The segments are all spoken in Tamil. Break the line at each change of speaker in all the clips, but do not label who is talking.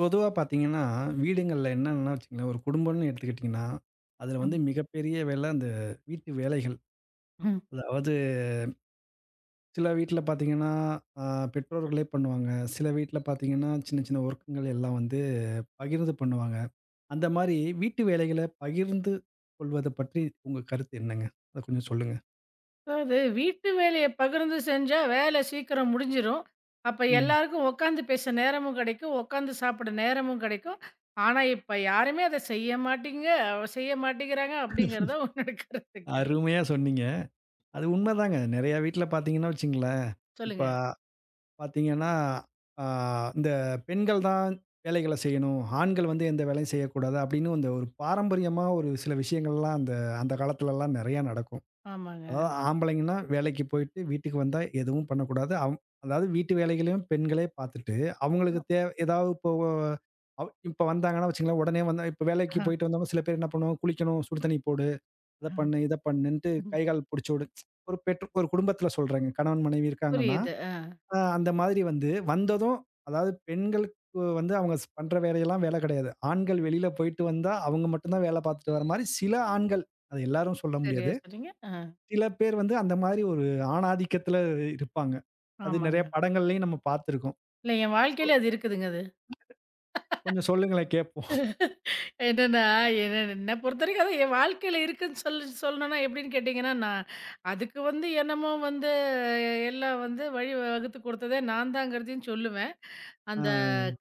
பொதுவா பார்த்தீங்கன்னா, வீடுங்கள்ல என்னன்னா வச்சுக்கங்களேன், ஒரு குடும்பம்னு எடுத்துக்கிட்டீங்கன்னா, அதில வந்து
ம்,
மிகப்பெரிய வேலை அந்த வீட்டு வேலைகள்.
ம்.
அதாவது சில வீட்ல பார்த்தீங்கன்னா, அ பெற்றோர்களே பண்ணுவாங்க. சில வீட்ல பார்த்தீங்கன்னா, சின்ன சின்ன ஒர்க்குங்கள் எல்லாம் வந்து பகிர்ந்து பண்ணுவாங்க. அந்த மாரி வீட்டு வேலைகள பகிர்ந்து கொள்வத பற்றி உங்க கருத்து என்னங்க? அத கொஞ்சம் சொல்லுங்க.
அதாவது வீட்டு வேலைய பகிர்ந்து செஞ்சா, வேலை சீக்கிரம் முடிஞ்சிரும். அப்ப
ம்.
எல்லாருக்கும் உட்காந்து பேச நேரமும் கிடைக்கும். உட்காந்து சாப்பிட நேரமும் கிடைக்கும். ஆனா, இப்ப யாருமே அத செய்ய மாட்டீங்க, அவ செய்ய மாட்டேங்கிறாங்க அப்படிங்கிறது தான் உன்னோட கருத்துங்க.
அருமையா சொன்னீங்க. அது உண்மதாங்க. நெறையா வீட்ல பார்த்தீங்கன்னா வச்சுக்கங்களேன், இப்ப
சொல்லுங்க.
பார்த்தீங்கன்னா, ஆ இந்த பெண்கள் தான் வேலைகள செய்யணும். ஆண்கள் வந்து எந்த வேலையும் செய்யக்கூடாது அப்படின்னு அந்த ஒரு பாரம்பரியமா ஒரு சில விஷயங்கள்லாம் அந்த அந்த காலத்துலலாம் நெறையா நடக்கும்.
ஆமாங்க.
அதாவது ஆம்பளைங்கன்னா வேலைக்கு போயிட்டு வீட்டுக்கு வந்தா எதுவும் பண்ணக்கூடாது. அதாவது வீட்டு வேலைகளையும் பெண்களே பார்த்துட்டு, அவங்களுக்கு தேவ ஏதாவது இப்போ இப்போ வந்தாங்கன்னா வச்சுக்கங்களேன், உடனே வந்தா இப்போ வேலைக்கு
அ,
போயிட்டு வந்தவங்க சில பேர் என்ன பண்ணுவாங்க, குளிக்கணும், சுடு தண்ணி போடு, அத
அ,
பண்ணு, இத பண்ணுன்ட்டு
ம்.
கை, கால் புடிச்சு விடு ஒரு பெற்று ஒரு குடும்பத்தில சொல்றேங்க. கணவன், மனைவி இருக்காங்கன்னா
புரியுது. ஆ.
அந்த மாதிரி வந்து, வந்ததும் அதாவது பெண்களுக்கு வந்து அவங்க பண்ற வேலையெல்லாம் வேல கிடையாது. ஆண்கள் வெளியில போயிட்டு வந்தா, அவங்க மட்டும் தான் வேல பார்த்துட்டு வர மாரி சில ஆண்கள், அது எல்லாரும் சொல்ல
சரியா
முடியாது.
சொன்னீங்க. ஆ.
சில பேர் வந்து அந்த மாதிரி ஒரு ஆணாதிக்கத்தில இருப்பாங்க. அது நெறைய
ஆமாங்க.
படங்கள்லயும் நம்ம பார்த்துருக்கோம்.
இல்ல, என் வாழ்க்கையில அது இருக்குதுங்க
கொஞ்சம் சொல்லுங்களேன்
அது.
கேட்போம்.
என்னன்னா, என்ன என்ன பொறுத்தவரைக்கும் அது என் வாழ்க்கையில இருக்குன்னு சொல்லணும்னா எப்படின்னு கேட்டீங்கன்னா, நான் அதுக்கு வந்து என்னமோ வந்து எல்லாம் வந்து வழி வகுத்து குடுத்ததே நான் தாங்கிறதையும் சொல்லுவேன்.
ஆ.
அந்த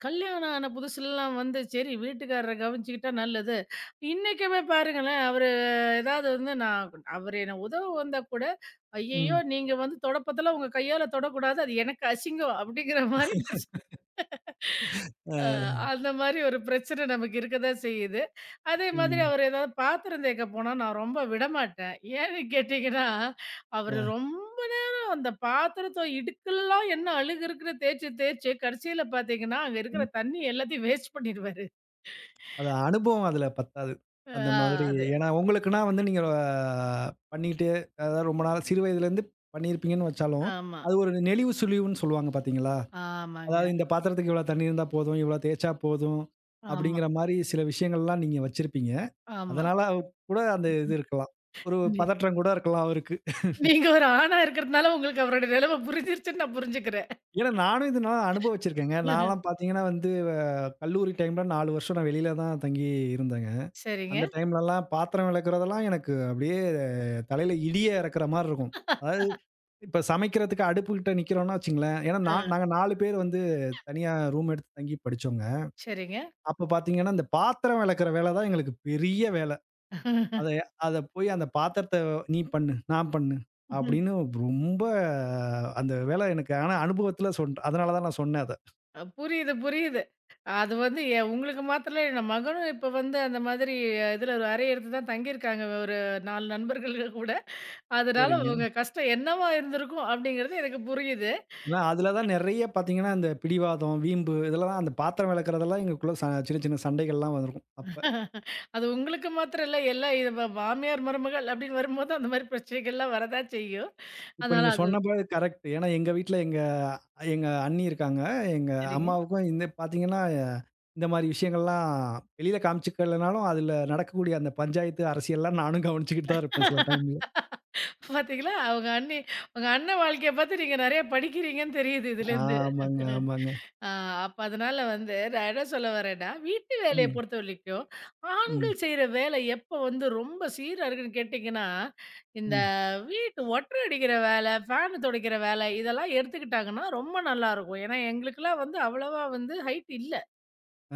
கல்யாணம் ஆன புதுசுலலாம் வந்து, சரி வீட்டுக்காரர கவனிச்சுக்கிட்டா நல்லது. இன்னைக்குமே பாருங்களேன், அவரு ஏதாவது வந்து நான் அவரு என்ன உதவ வந்தா கூட, "ஐயய்யோ!
ம்.
நீங்க வந்து தொடப்பத்தெல்லாம் உங்க கையால தொடக்கூடாது. அது எனக்கு அசிங்கம்." அப்படிங்கிற மாரி நான் அ
ஆ.
அந்த மாரி ஒரு பிரச்சனை நமக்கு இருக்க தான் செய்யுது. அதே மாதிரி
ம்.
அவரு ஏதாவது பாத்திரம் தேய்க்க போனா, நான் ரொம்ப விடமாட்டேன். ஏன்னு கேட்டீங்கன்னா, அவரு
அ.
ரொம்ப நேரம் அந்த பாத்திரத்த இடுக்கெல்லாம் என்ன அழுக்கு இருக்குன்னு தேய்ச்சு தேய்ச்சு கடைசியில பாத்தீங்கன்னா, அங்க இருக்கிற தண்ணி எல்லாத்தையும் வேஸ்ட் பண்ணிருவாரு.
அது அனுபவம் அதுல பத்தாது.
ஆ
அந்த மாதிரி
அது.
ஏன்னா உங்களுக்குன்னா வந்து நீங்க பண்ணிக்கிட்டே அதாவது ரொம்ப நாள் சிறு வயதிலேருந்து பண்ணியிருப்பீங்கன்னு வச்சாலும்,
ஆமா.
அது ஒரு நெளிவு சுழிவுன்னு சொல்லுவாங்க பார்த்தீங்களா? அதாவது
ஆமாங்க.
இந்த பாத்திரத்துக்கு இவ்வளோ தண்ணீ இருந்தா போதும், இவ்வளோ தேய்ச்சா போதும்
ஆமா,
அப்படிங்கிற மாரி சில விஷயங்கள்லாம் நீங்க வச்சிருப்பீங்க.
ஆமா.
அதனால கூட அந்த இது இருக்கலாம். ஒரு
நீ
பதற்றம் கூட இருக்கலாம் அவருக்கு.
நீங்க ஒரு ஆணா இருக்கிறதுனால உங்களுக்கு அவருடைய நிலைமை புரிஞ்சிருச்சுன்னு நான் புரிஞ்சுக்கிறேன்.
ஏன்னா நானும் இது நான் அனுபவிச்சிருக்கேங்க. நான்லாம் பார்த்தீங்கன்னா வந்து கல்லூரி டைம்ல 4 வருஷம் நான் வெளியில தான் தங்கி இருந்தேங்க.
சரிங்க.
அந்த டைம்லலாம் பாத்திரம் விளக்குறதெல்லாம் எனக்கு அப்படியே தலையில இடியே இறக்குற மாரி இருக்கும். அதாவது இப்ப சமைக்கிறதுக்கு அடுப்புகிட்ட நிக்கிறோம்னா வச்சுங்களேன், ஏன்னா
ஆ
நாங்க 4 பேர் வந்து தனியா ரூம் எடுத்து தங்கி படிச்சோங்க.
சரிங்க.
அப்ப பார்த்தீங்கன்னா, இந்த பாத்திரம் வெளக்குற வேல தான் எங்களுக்கு பெரிய வேல. அத அத போய் அந்த பாத்திரத்த "நீ பண்ணு, நான் பண்ணு" அப்படின்னு ரொம்ப அந்த வேல எனக்கு ஆனா அனுபவத்துல அதனால தான் நான் சொன்னேன் அத.
அ புரியுது, புரியுது. அது வந்து உங்களுக்கு மாத்திரம் இல்ல. என் மகனும் இப்ப வந்து அந்த மாதிரி, அ, இதுல ஒரு அறை எடுத்து தான் தங்கியிருக்காங்க. ஒரு 4 நண்பர்கள் கூட. அதனால
சரிங்க.
உங்க கஷ்டம் என்னவா இருந்திருக்கும் அப்படிங்கிறது எனக்கு புரியுது.
ஏன்னா அதுல தான் நெறைய பார்த்தீங்கன்னா, இந்த பிடிவாதம், வீம்பு இதெல்லாம் அந்த பாத்திரம் வெளக்குறதெல்லாம் எங்களுக்குள்ள சின்ன சின்ன சண்டைகள்லாம் வந்திருக்கும் அப்ப.
அது உங்களுக்கு மாத்திரம் இல்ல. எல்லா இது மாமியார், மருமகள் அப்படின்னு வரும்போது அந்த மாரி பிரச்சனைகள்லாம் வரதான் செய்யும்.
இப்ப
அதனால
நீங்க
அது.
சொன்னபோது கரெக்ட். ஏன்னா எங்க வீட்ல எங்க எங்க அண்ணி இருக்காங்க. எங்க
சரிங்க.
அம்மாவுக்கும் இந்த பார்த்தீங்கன்னா, இந்த மாரி விஷயங்கள்லாம் வெளியில காமிச்சுக்கலனாலும், அதுல நடக்கக்கூடிய அந்த பஞ்சாயத்து, அரசியல்லாம் நானும் கவனிச்சுக்கிட்டு தான் இருப்பேன் சில டைம்ல.
பாத்தீங்களா? உங்க அண்ணி, உங்க அண்ணன் வாழ்க்கைய பார்த்து நீங்க நெறைய படிக்கிறீங்கன்னு தெரியுது இதுலேருந்து.
ஆமாங்க, ஆமாங்க.
ஆ. அப்ப அதனால வந்து நான் என்ன சொல்ல வரேன்னா, வீட்டு வேலைய
ம்,
பொறுத்தவரைக்கும்,
ம்,
ஆண்கள் செய்ற வேலை எப்ப வந்து ரொம்ப சீரா இருக்குன்னு கேட்டீங்கன்னா, இந்த
ம்.
வீட்டு ஒட்டற அடிக்கிற வேலை, ஃபேன் துடைக்கிற வேலை, இதெல்லாம் எடுத்துக்கிட்டாங்கன்னா ரொம்ப நல்லாருக்கும். ஏன்னா, எங்களுக்கெல்லாம் வந்து அவ்வளவா வந்து ஹைட் இல்ல.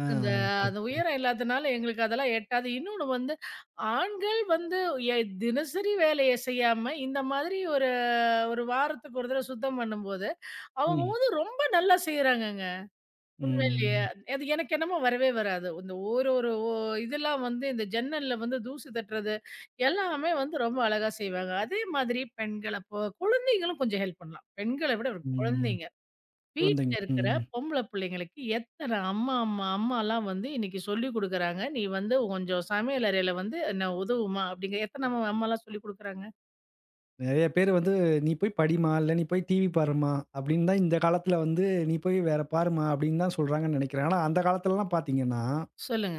ஆ
அந்த அந்த
கரெக்ட்.
உயரம் இல்லாதனால எங்களுக்கு அதெல்லாம் எட்டாது. இன்னொன்னு வந்து, ஆண்கள் வந்து எ தினசரி வேலைய செய்யாம, இந்த மாதிரி ஒரு ஒரு வாரத்துக்கு ஒரு தடவ சுத்தம் பண்ணும்போது, அவங்க
ம்,
வந்து ரொம்ப நல்லா செய்றாங்கங்க. உண்மையிலேயே.
ம்,
அது எனக்கு என்னமோ வரவே வராது. இந்த ஒரு ஒரு இதெல்லாம் வந்து இந்த ஜன்னல்ல வந்து தூசு தட்டுறது, எல்லாமே வந்து ரொம்ப அழகா செய்வாங்க. அதே மாதிரி பெண்கள் அப்போ குழந்தைகளும் கொஞ்சம் ஹெல்ப் பண்ணலாம். பெண்கள விட ஒரு
ம்.
குழந்தைங்க. வீட்ல
குழந்தைங்க.
இருக்கிற
ம்.
பொம்பள பிள்ளைங்களுக்கு எத்தன அம்மா அம்மா அம்மாலாம் வந்து இன்னைக்கு சொல்லிக் குடுக்குறாங்க. "நீ வந்து கொஞ்சம் சமையல் அறையில வந்து என்ன உதவுமா?" அப்படிங்கிற எத்தன அம்மா அம்மாலாம் சொல்லிக் குடுக்குறாங்க?
நெறைய பேர் வந்து, "நீ போய் படிம்மா, இல்ல நீ போய் டிவி பாரும்மா" அப்படின்னு தான் இந்த காலத்துல வந்து, "நீ போய் வேற பாரும்மா" அப்படின்னு தான் சொல்றாங்கன்னு நெனைக்கிறேன். ஆனா அந்த காலத்துலலாம் பார்த்தீங்கன்னா
சொல்லுங்க.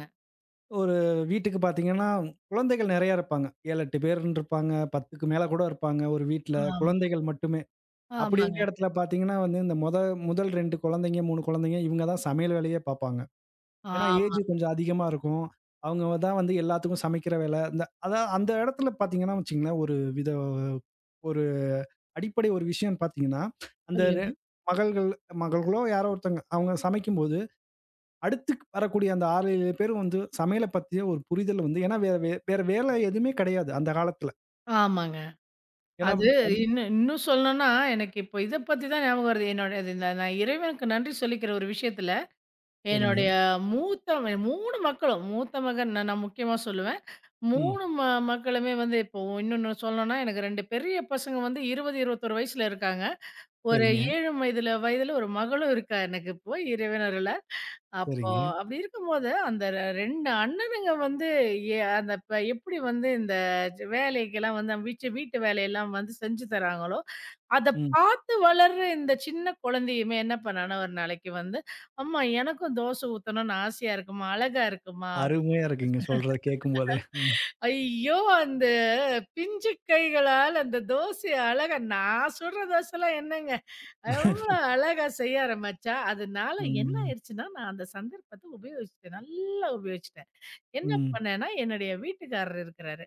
ஒரு வீட்டுக்கு பார்த்தீங்கன்னா, குழந்தைகள் நெறையா இருப்பாங்க. 7, 8 பேருன்னு இருப்பாங்க. 10க்கு மேல கூட இருப்பாங்க ஒரு வீட்ல.
ஆமா.
குழந்தைகள் மட்டுமே. அப்படி இருக்க
ஆமாங்க.
இடத்துல பார்த்தீங்கன்னா வந்து, இந்த மொத முதல் 2 குழந்தைங்க, 3 குழந்தைங்க இவங்க தான் சமையல் வேலையே பார்ப்பாங்க. ஏன்னா
ஆமா.
ஏஜ் கொஞ்சம் அதிகமா இருக்கும். அவங்க தான் வந்து எல்லாத்துக்கும் சமைக்கிற வேல. இந்த அதான் அந்த இடத்துல பார்த்தீங்கன்னா வச்சுக்கங்களேன், ஒரு வித ஒரு அடிப்படை ஒரு விஷயம் பார்த்தீங்கன்னா, அந்த ரெ
சொல்லுங்க.
மகள்கள் மகள்களோ யாரோ ஒருத்தவங்க அவங்க சமைக்கும்போது அடுத்து வரக்கூடிய அந்த 6, 7 பேரும் வந்து சமையல பத்திய ஒரு புரிதல் வந்து ஏன்னா வேற வேலை எதுவுமே கிடையாது அந்த காலத்துல.
ஆமாங்க.
ஏன்னா
அது.
படி
இன்னும் இன்னும் சொல்லணும்னா, எனக்கு இப்போ இத பத்தி தான் ஞாபகம் வருது. என்னோட இது, இந்த நான் இறைவனுக்கு நன்றி சொல்லிக்கிற ஒரு விஷயத்துல,
சரிங்க.
என்னுடைய மூத்த 3 மக்களும், மூத்த மகன் நான் நான் முக்கியமா சொல்லுவேன்.
ம்.
3 மக்களுமே வந்து இப்போ இன்னொன்னு சொல்லணும்னா, எனக்கு 2 பெரிய பசங்க வந்து 20, 21 வயசுல இருக்காங்க. ஒரு
சரிங்க,
7 வயதுல வயதுல ஒரு மகளும் இருக்கா எனக்கு இப்போ, இறைவன் அருள்ல. அப்போ
சரிங்க.
அப்படி இருக்கும்போது, அந்த 2 அண்ணனுங்க வந்து அந்த எப்படி வந்து இந்த வேலைக்கெல்லாம் வந்து வீட்டு வேலையெல்லாம் வந்து செஞ்சு தராங்களோ, அத
ம்.
பார்த்து வளர்ற இந்த சின்ன குழந்தையுமே என்ன பண்ணான்னா, ஒரு நாளைக்கு வந்து, "அம்மா எனக்கும் தோசை ஊத்தணும்னு ஆசையா இருக்கும்மா, அழகா இருக்குமா."
அருமையா இருக்குங்க சொல்றத கேட்கும்போதே. ம்.
ஐயோ! அந்த பிஞ்சு கைகளால் அந்த தோசைய அழகா, நான் சுடுற தோசைலாம் என்னங்க, அவ்வளோ அழகா செய்ய ஆரம்பிச்சா, அதனால என்ன
ம்.
ஆயிருச்சுன்னா, நான் அந்த சந்தர்ப்பத்த உபயோகிச்சுட்டேன். நல்லா உபயோகிச்சுட்டேன். என்ன
ம்.
பண்ணேன்னா, என்னுடைய வீட்டுக்காரர் இருக்கிறாரு.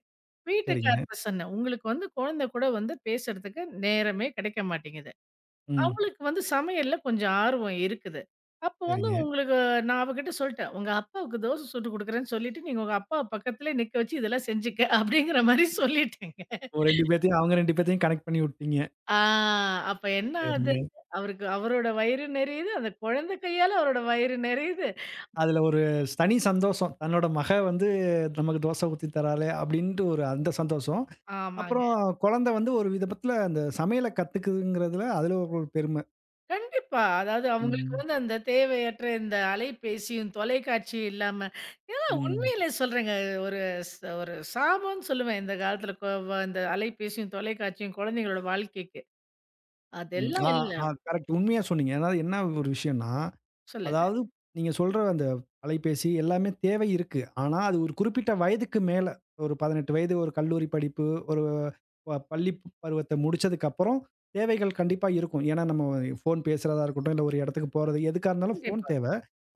சரிங்க.
வீட்டுக்கார்ட்ட சொன்னேன், "உங்களுக்கு வந்து குழந்தை கூட வந்து பேசுறதுக்கு நேரமே கிடைக்க மாட்டேங்குது."
ம்.
அவளுக்கு வந்து சமையல்ல கொஞ்சம் ஆர்வம் இருக்குது. அப்போ வந்து
சரிங்க.
உங்களுக்கு நான் அவகிட்ட சொல்ட்டேன். "உங்க அப்பாவுக்கு தோசை சுட்டு குடுக்குறேன்னு சொல்லிட்டு, நீங்க உங்க அப்பாவ பக்கத்திலே நிக்க வச்சு இதெல்லாம் செஞ்சுக்க" அப்படிங்கிற மாரி சொல்லிட்டேங்க.
ஒரு 2 பேத்தையும் அவங்க 2 பேத்தையும் கனெக்ட் பண்ணி விட்டீங்க.
ஆ அப்ப என்ன ஆது?
சரிங்க.
அவருக்கு அவரோட வயிறு நெறையுது. அந்த குழந்தை கையால அவரோட வயிறு நெறையுது.
அதுல ஒரு தனி சந்தோஷம். தன்னோட மக வந்து நமக்கு தோசை ஊத்தி தராளே அப்படின்ட்டு ஒரு அந்த சந்தோஷம்.
ஆமாங்க.
அப்புறம் குழந்தை வந்து ஒரு விதத்துல அந்த சமையல கத்துக்குதுங்கிறதுல அதுல ஒரு பெருமை.
கண்டிப்பா. அதாவது அவங்களுக்கு
ம்.
வந்து அந்த தேவையற்ற இந்த அலைபேசியும், தொலைக்காட்சியும் இல்லாம,
ம்.
உண்மையிலே சொல்றேங்க. ஒரு ஸ் ஒரு சாபம்ன்னு சொல்லுவேன். இந்த காலத்தில கொ வ இந்த அலைபேசியும், தொலைக்காட்சியும் குழந்தைங்களோட வாழ்க்கைக்கு.
ம்.
அதெல்லாம்
ஆ,
இல்ல.
ஆ கரெக்ட். உண்மையா சொன்னீங்க. அதாவது என்ன ஒரு விஷயம்னா,
சொல்லுங்க.
அதாவது நீங்க சொல்ற அந்த அலைபேசி எல்லாமே தேவை இருக்கு. ஆனா, அது ஒரு குறிப்பிட்ட வயதுக்கு மேல ஒரு 18 வயது, ஒரு கல்லூரி படிப்பு, ஒரு பள்ளி பருவத்த முடிச்சதுக்கப்புறம் தேவைகள் கண்டிப்பா இருக்கும். ஏன்னா, நம்ம ஃபோன் பேசுறதா இருக்கட்டும், இல்ல ஒரு இடத்துக்கு போறது, எதுக்கா இருந்தாலும் ஃபோன்
கண்டிப்பா.
தேவை.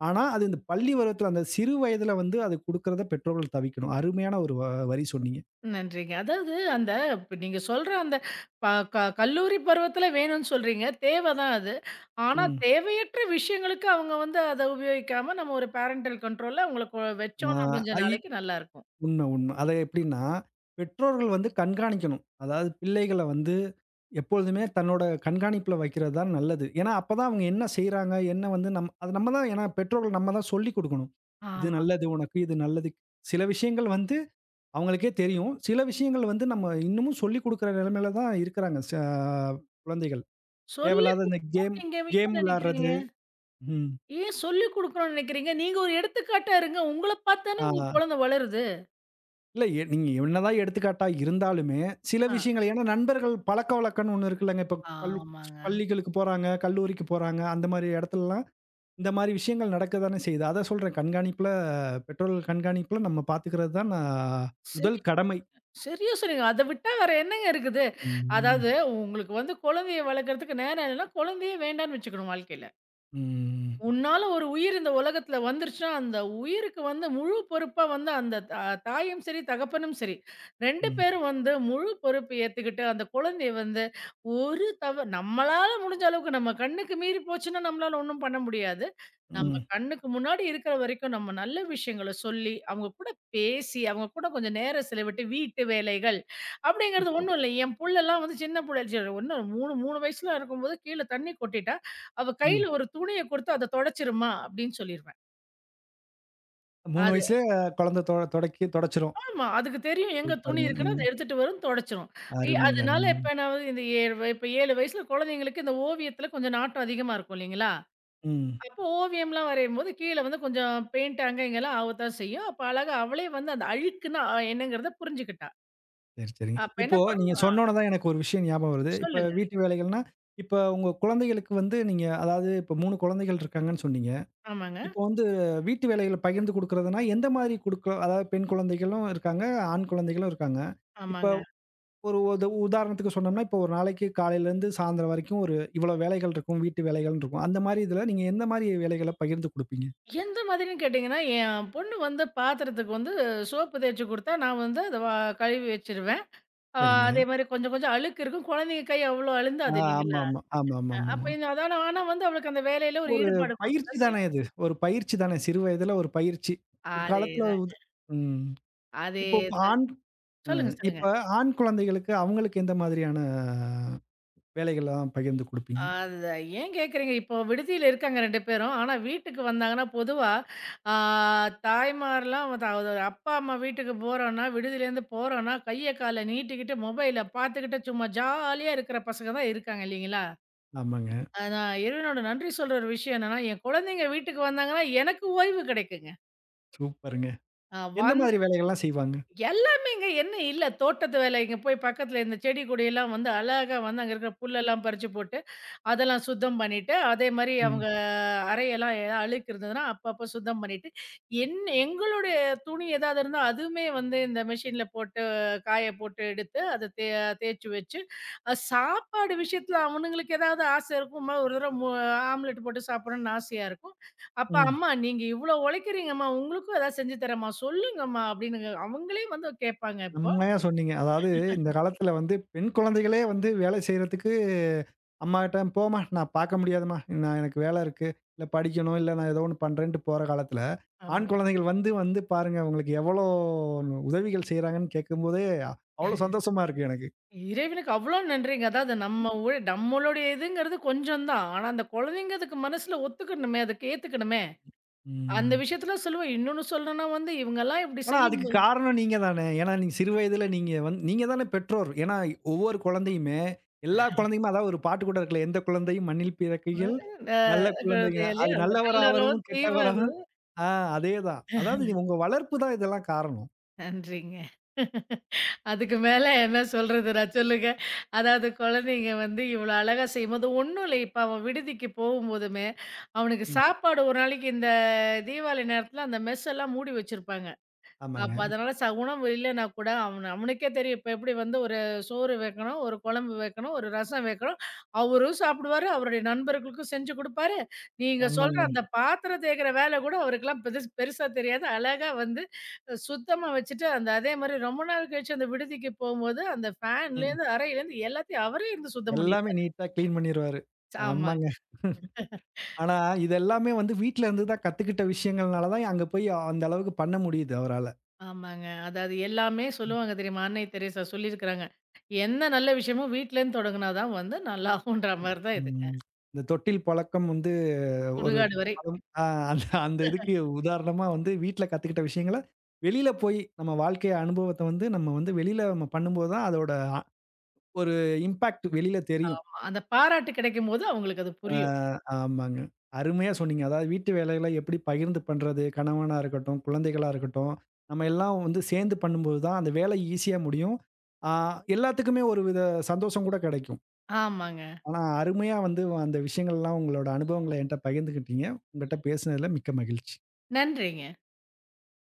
ஆனா, அது இந்த பள்ளி பருவத்துல அந்த சிறு வயதுல வந்து அது குடுக்கிறத பெற்றோர்கள் தவிர்க்கணும். அருமையான ஒரு வரி சொன்னீங்க.
நன்றிங்க. அதாவது அந்த, இப்ப நீங்க சொல்ற அந்த ப க கல்லூரி பருவத்தில வேணும்னு சொல்றீங்க. தேவ தான் அது. ஆனா
ம்.
தேவையற்ற விஷயங்களுக்கு அவங்க வந்து அத உபயோகிக்காம நம்ம ஒரு பேரன்டல் கண்ட்ரோல்ல அவங்கள
ஆ
வச்சோம்னா கொஞ்ச
ஐ
நாளைக்கு நல்லாருக்கும்.
உண்ம, உண்ம. அத எப்படின்னா, பெற்றோர்கள் வந்து கண்காணிக்கணும். அதாவது பிள்ளைகள வந்து எப்பொழுதுமே தன்னோட கண்காணிப்புல வைக்கிறது தான் நல்லது. ஏன்னா, அப்பதான் அவங்க என்ன செய்றாங்க, என்ன வந்து நம்ம தான் ஏன்னா பெற்றோர்கள் நம்ம தான் சொல்லிக் குடுக்கணும். இது
ஆமா.
நல்லது உனக்கு, இது நல்லது சில விஷயங்கள் வந்து அவங்களுக்கே தெரியும். சில விஷயங்கள் வந்து நம்ம இன்னமும் சொல்லிக் குடுக்குற நிலைமையில தான் இருக்கிறாங்க. குழந்தைகள்.
சொல்லிக்
தேவையில்லாத இந்த கேம்
குடுக்கறீங்க ஏன்
கேம்
நெனைக்கிறீங்க?
விளையாடுறது. ம்.
ஏன் சொல்லிக் குடுக்கணும்னு நெனைக்கிறீங்க? நீங்க ஒரு எடுத்துக்காட்டா இருங்க. உங்கள பார்த்து தானே
ஆ.
உங்க குழந்தை வளருது.
இல்ல. நீங்க என்னதான் எடுத்துக்காட்டா இருந்தாலுமே, சில
ஆ.
விஷயங்கள் ஏன்னா நண்பர்கள் பழக்கவழக்கம்ன்னு ஒண்ணு இருக்குல்லங்க. இப்ப
ஆமாங்க.
பள்ளிகளுக்கு போறாங்க, கல்லூரிக்கு போறாங்க. அந்த மாரி இடத்துலலாம் இந்த மாரி விஷயங்கள் நடக்க தானே செய்யுது. அதான் சொல்றேன் பெற்றோர்கள் கண்காணிப்புல நம்ம பார்த்துக்கிறது தான் நான் முதல் கடமை.
சரியா சொன்னீங்க. அத விட்டா வேற என்னங்க இருக்குது?
ம்.
அதாவது உங்களுக்கு வந்து குழந்தைய வளர்க்கறதுக்கு நேரம் இல்லன்னா, குழந்தையே வேண்டான்னு வச்சுக்கணும் வாழ்க்கையில.
ம்.
உன்னால ஒரு உயிர் இந்த உலகத்துல வந்துருச்சுன்னா, அந்த உயிருக்கு வந்து முழு பொறுப்பா வந்து அந்த தாயும் சரி, தகப்பனும் சரி, 2
ம்.
பேரும் வந்து முழு பொறுப்பு ஏத்துக்கிட்டு, அந்த குழந்தைய வந்து ஒரு தவ நம்மளால முடிஞ்ச அளவுக்கு நம்ம கண்ணுக்கு மீறி போச்சுன்னா, நம்மளால ஒண்ணும் பண்ண முடியாது. நம்ம
ம்.
கண்ணுக்கு முன்னாடி இருக்கிற வரைக்கும் நம்ம நல்ல விஷயங்கள சொல்லி, அவங்க கூட பேசி, அவங்க கூட கொஞ்சம் நேரம் செலவிட்டு, வீட்டு வேலைகள் அப்படிங்கிறது
இப்போ
ஒண்ணும் இல்ல. என் புள்ளலாம் வந்து சின்ன புள்ள சரி ஒண்ணும் 3, 3 வயசுல இருக்கும்போது கீழ தண்ணி கொட்டிட்டா, அவ
ம்.
கையில ஒரு துணிய குடுத்து அத துடைச்சிரும்மா அப்படின்னு சொல்லிருவேன்.
3
அது.
வயசுலயே குழந்தை தொடக்கி தொடச்சிரும்.
ஆமா. அதுக்கு தெரியும் எங்க துணி
சூப்பருங்க.
இருக்குன்னு,
ம்.
அத எடுத்துட்டு வரும், துடைச்சிரும்.
அருமைங்க,
அதனால
அருமைங்க.
இப்ப நான் வந்து இந்த 7 இப்ப 7 வயசுல குழந்தைங்களுக்கு இந்த ஓவியத்துல கொஞ்சம் நாட்டம் அதிகமா இருக்கும் இல்லைங்களா?
ம்.
அப்போ ஓவியம்லாம் வரையும்போது கீழ வந்து கொஞ்சம் பெயிண்ட் அங்க இங்கலாம் ஆவத்தான் செய்யும். அப்ப அழகா அவளே வந்து அந்த அழுக்குன்னா என்னங்கிறத புரிஞ்சுக்கிட்டா.
சரி, சரிங்க.
அப்ப என்ன
இப்போ நீங்க
பண்ணும்? ஆ
சொன்னோன தான் எனக்கு ஒரு விஷயம் ஞாபகம் வருது. இப்ப
சொல்லுங்க.
வீட்டு வேலைகள்னா, இப்ப உங்க குழந்தைகளுக்கு வந்து நீங்க அதாவது இப்ப 3 குழந்தைகள் இருக்காங்கன்னு சொன்னீங்க.
ஆமாங்க,
இப்போ வந்து வீட்டு வேலைகள பகிர்ந்து குடுக்குறதுன்னா, எந்த மாதிரி குடுக்கலாம்? அதாவது பெண் குழந்தைகளும் இருக்காங்க, ஆண் குழந்தைகளும் இருக்காங்க. இப்ப
ஆமாங்க.
ஒரு உதாரணத்துக்கு சொன்னோம்னா, இப்போ ஒரு நாளைக்கு காலையிலேருந்து சாயந்தரம் வரைக்கும் ஒரு இவ்வளோ வேலைகள் இருக்கும், வீட்டு வேலைகள்னு இருக்கும். அந்த மாரி இதில நீங்க எந்த மாரி வேலைகள பகிர்ந்து குடுப்பீங்க?
எந்த மாதிரின்னு கேட்டீங்கன்னா, என் பொண்ணு வந்து பாத்திரத்துக்கு வந்து சோப்பு தேய்ச்சு குடுத்தா நான் வந்து அத கழுவி வச்சுருவேன். ஆ.
சரிங்க.
அதே மாரி கொஞ்சம் கொஞ்சம் அழுக்கு இருக்கும். குழந்தைங்க கை அவ்வளோ
ஆ,
அழுந்தாது இல்லைங்களா?
ஆமாமா.
அ,
ஆமாமாமா.
அப்ப இந்த அதான, ஆனா வந்து அவளுக்கு அந்த வேலையில ஒரு
ஒரு
ஈடுபாடு குடுக்க
பயிற்சி
தான்
தானே
செய்வோம்.
இது. ஒரு பயிற்சி தானே. சிறு வயதில ஒரு பயிற்சி. பிற்காலத்தில
அதேதான்,
உது ம். இப்போ ப-
அதேதான்.
ஆண் ம்.
சொல்லுங்க,
இப்ப
சொல்லுங்க.
ஆண் குழந்தைகளுக்கு அவங்களுக்கு எந்த மாதிரியான வேலைகள்லாம் பகிர்ந்து குடுப்பீங்க?
அது ஏன் கேட்குறீங்க? இப்போ விடுதியில இருக்காங்க 2 பேரும். ஆனா வீட்டுக்கு வந்தாங்கன்னா, பொதுவா ஆ தாய்மார்லாம் வ த அப்பா, அம்மா வீட்டுக்கு போறோம்னா, விடுதியிலேருந்து போறோம்னா, கைய கால நீட்டிக்கிட்டு மொபைல பார்த்துக்கிட்டு சும்மா ஜாலியா இருக்கிற பசங்க தான் இருக்காங்க இல்லைங்களா?
ஆமாங்க.
அ, நான் இறைவனோட நன்றி சொல்ற ஒரு விஷயம் என்னன்னா, என் குழந்தைங்க வீட்டுக்கு வந்தாங்கன்னா, எனக்கு ஓய்வு கிடைக்குங்க.
சூப்பருங்க.
அ
எந்த மாதிரி
வந்து
வேலைகள்லாம் செய்வாங்க?
எல்லாமேங்க என்ன இல்ல. தோட்டத்து வேலைங்க போய் பக்கத்துல இந்த செடி கொடியெல்லாம் வந்து அழகா வந்து அங்க இருக்கிற புல்லெல்லாம் பறிச்சு போட்டு, அதெல்லாம் சுத்தம் பண்ணிட்டு, அதே மாரி
ம்.
அவங்க அறையெல்லாம் ஏதாவது அழுக்கு இருந்ததுன்னா, அப்பப்ப சுத்தம் பண்ணிட்டு, என் எங்களுடைய துணி ஏதாவது இருந்தா, அதுவுமே வந்து இந்த மெஷின்ல போட்டு காய போட்டு எடுத்து, அத தேய்ச்சு வச்சு, அ சாப்பாடு விஷயத்துல அவனுங்களுக்கு ஏதாவது ஆசை இருக்கும். "அம்மா ஒரு தடவ ஆம்லெட் போட்டு சாப்பிடணும்னு ஆசையா இருக்கும். அப்ப
ம்.
அம்மா நீங்க இவ்வளோ உழைக்கிறீங்கம்மா, உங்களுக்கும் ஏதாவது செஞ்சு தரேம்மா சொல்லுங்கம்மா" அப்படின்னு அவங்களே வந்து கேட்பாங்க இப்போ.
செம்மையா சொன்னீங்க. அதாவது இந்த காலத்தில வந்து பெண் குழந்தைகளே வந்து வேலை செய்றதுக்கு அம்மாகிட்ட, "போம்மா நான் பார்க்க முடியாதும்மா. நான் எனக்கு வேலை இருக்கு. இல்ல படிக்கணும், இல்ல நான் ஏதோ ஒண்ணு பண்றேன்ட்டு" போற காலத்தில,
ஆமா.
ஆண் குழந்தைகள் வந்து வந்து பாருங்க உங்களுக்கு எவ்வளோ உதவிகள் செய்றாங்கன்னு கேட்கும்போதே, அவ்வளோ சந்தோஷமா இருக்கு எனக்கு.
இறைவனுக்கு அவ்வளோ நன்றிங்க. அதாவது நம்ம உழ நம்மளுடைய இதுங்கிறது கொஞ்சம் தான். ஆனா, அந்த குழந்தைங்க அதுக்கு மனசுல ஒத்துக்கணுமே, அதுக்கு ஏத்துக்கணுமே. அந்த ம்.
ம்.
விஷயத்துல சொல்லுவேன். இன்னொன்னு சொல்லணும்னா வந்து இவங்கலாம் இப்படி
ஆனா, அதுக்கு
செய்யும்போது,
காரணம் நீங்க தானே. ஏன்னா, நீங்க சிறு வயதில நீங்க தானே பெற்றோர். ஏன்னா, ஒவ்வொரு குழந்தையுமே எல்லா குழந்தையுமே அதாவது ஒரு பாட்டு கூட இருக்குல்ல, "எந்த குழந்தையும் மண்ணில் பிறக்கையில்
அ
நல்ல குழந்தைங்க"
குழந்தையிலே
அது
ரொம்ப நல்லறோ,
நல்லவராவதும்,
தீவதோ.
கெட்டவராகவும் ஆ அதேதான். அதாவது உங்க வளர்ப்பு தான் இதெல்லாம் காரணம்.
நன்றிங்க. அதுக்கு மேல என்ன சொல்றதுடா சொல்லுங்க. அதாவது குழந்தைங்க வந்து இவ்வளோ அழகா செய்யும்போது ஒண்ணும் இல்லை. இப்ப அவன் விடுதிக்கு போகும்போதுமே, அவனுக்கு
ம்.
சாப்பாடு ஒரு நாளைக்கு இந்த தீபாவளி நேரத்துல அந்த மெஸ் எல்லாம் மூடி வச்சிருப்பாங்க.
ஆமாங்க,
அப்ப அதனால உணவு இல்லைன்னா கூட அவன அவனுக்கே தெரியும். இப்ப எப்படி வந்து ஒரு சோறு வைக்கணும், ஒரு குழம்பு வைக்கணும், ஒரு ரசம் வைக்கணும். அவரும் சாப்பிடுவாரு, அவருடைய நண்பர்களுக்கும் செஞ்சு குடுப்பாரு. நீங்க சொல்ற
ஆமாங்க.
அந்த பாத்திரம் தேய்க்கிற வேலை கூட அவருக்கெல்லாம் பெதுஸ் பெருசா தெரியாது. அழகா வந்து அ சுத்தமா வச்சுட்டு, அந்த அதே மாரி ரொம்ப நாள் கழிச்சு அந்த விடுதிக்கு போம்போது, அந்த
ம்.
ஃபேன்லேருந்து, அறையிலேருந்து எல்லாத்தையும் அவரே இருந்து சுத்தம்
எல்லாமே
பண்ணிருவாரு.
நீட்டா கிளீன் பண்ணிருவாரு.
ஆமாங்க,
ஆமாங்க. ஆனா இது எல்லாமே வந்து வீட்ல இருந்து தான் கத்துக்கிட்ட விஷயங்கள்னால தான் அங்க போய் அந்த அளவுக்கு பண்ண முடியுது அவரால.
ஆமாங்க. அதாவது எல்லாமே சொல்லுவாங்க தெரியுமா? அன்னை தெரசா சொல்லியிருக்கிறாங்க. "எந்த நல்ல விஷயமும் வீட்லேருந்து தொடங்குனா தான் வந்து நல்லாகும்ன்ற" மாரி தான் இது.
ம். இந்த தொட்டில் பழக்கம் வந்து ஒரு
சுடுகாடு வரை.
படம் ஆ அந்த அந்த இதுக்கு உதாரணமா வந்து வீட்ல கத்துக்கிட்ட விஷயங்கள வெளியில போய் நம்ம வாழ்க்கை அனுபவத்த வந்து நம்ம வந்து வெளியில நம்ம பண்ணும்போது தான் அதோட அ- ஒரு இம்பாக்ட் வெளியில தெரியும்.
ஆமா. அந்த பாராட்டு கிடைக்கும்போது அவங்களுக்கு அது
ஆ,
புரியும்.
ஆமாங்க. அருமையா சொன்னீங்க. அதாவது வீட்டு வேலைகள எப்படி பகிர்ந்து பண்றது? கணவனா இருக்கட்டும், குழந்தைகளா இருக்கட்டும், நம்ம எல்லாம் வந்து சேர்ந்து பண்ணும்போது தான் அந்த வேலை ஈஸியா முடியும். ஆ எல்லாத்துக்குமே ஒரு வித சந்தோஷம் கூட கிடைக்கும்.
ஆமாங்க.
ஆனா அருமையா வந்து அந்த விஷயங்கள்லாம் உங்களோட அனுபவங்கள என்ட்ட பகிர்ந்துக்கிட்டீங்க. உங்கட்ட பேசினதுல மிக்க மகிழ்ச்சி.
நன்றிங்க.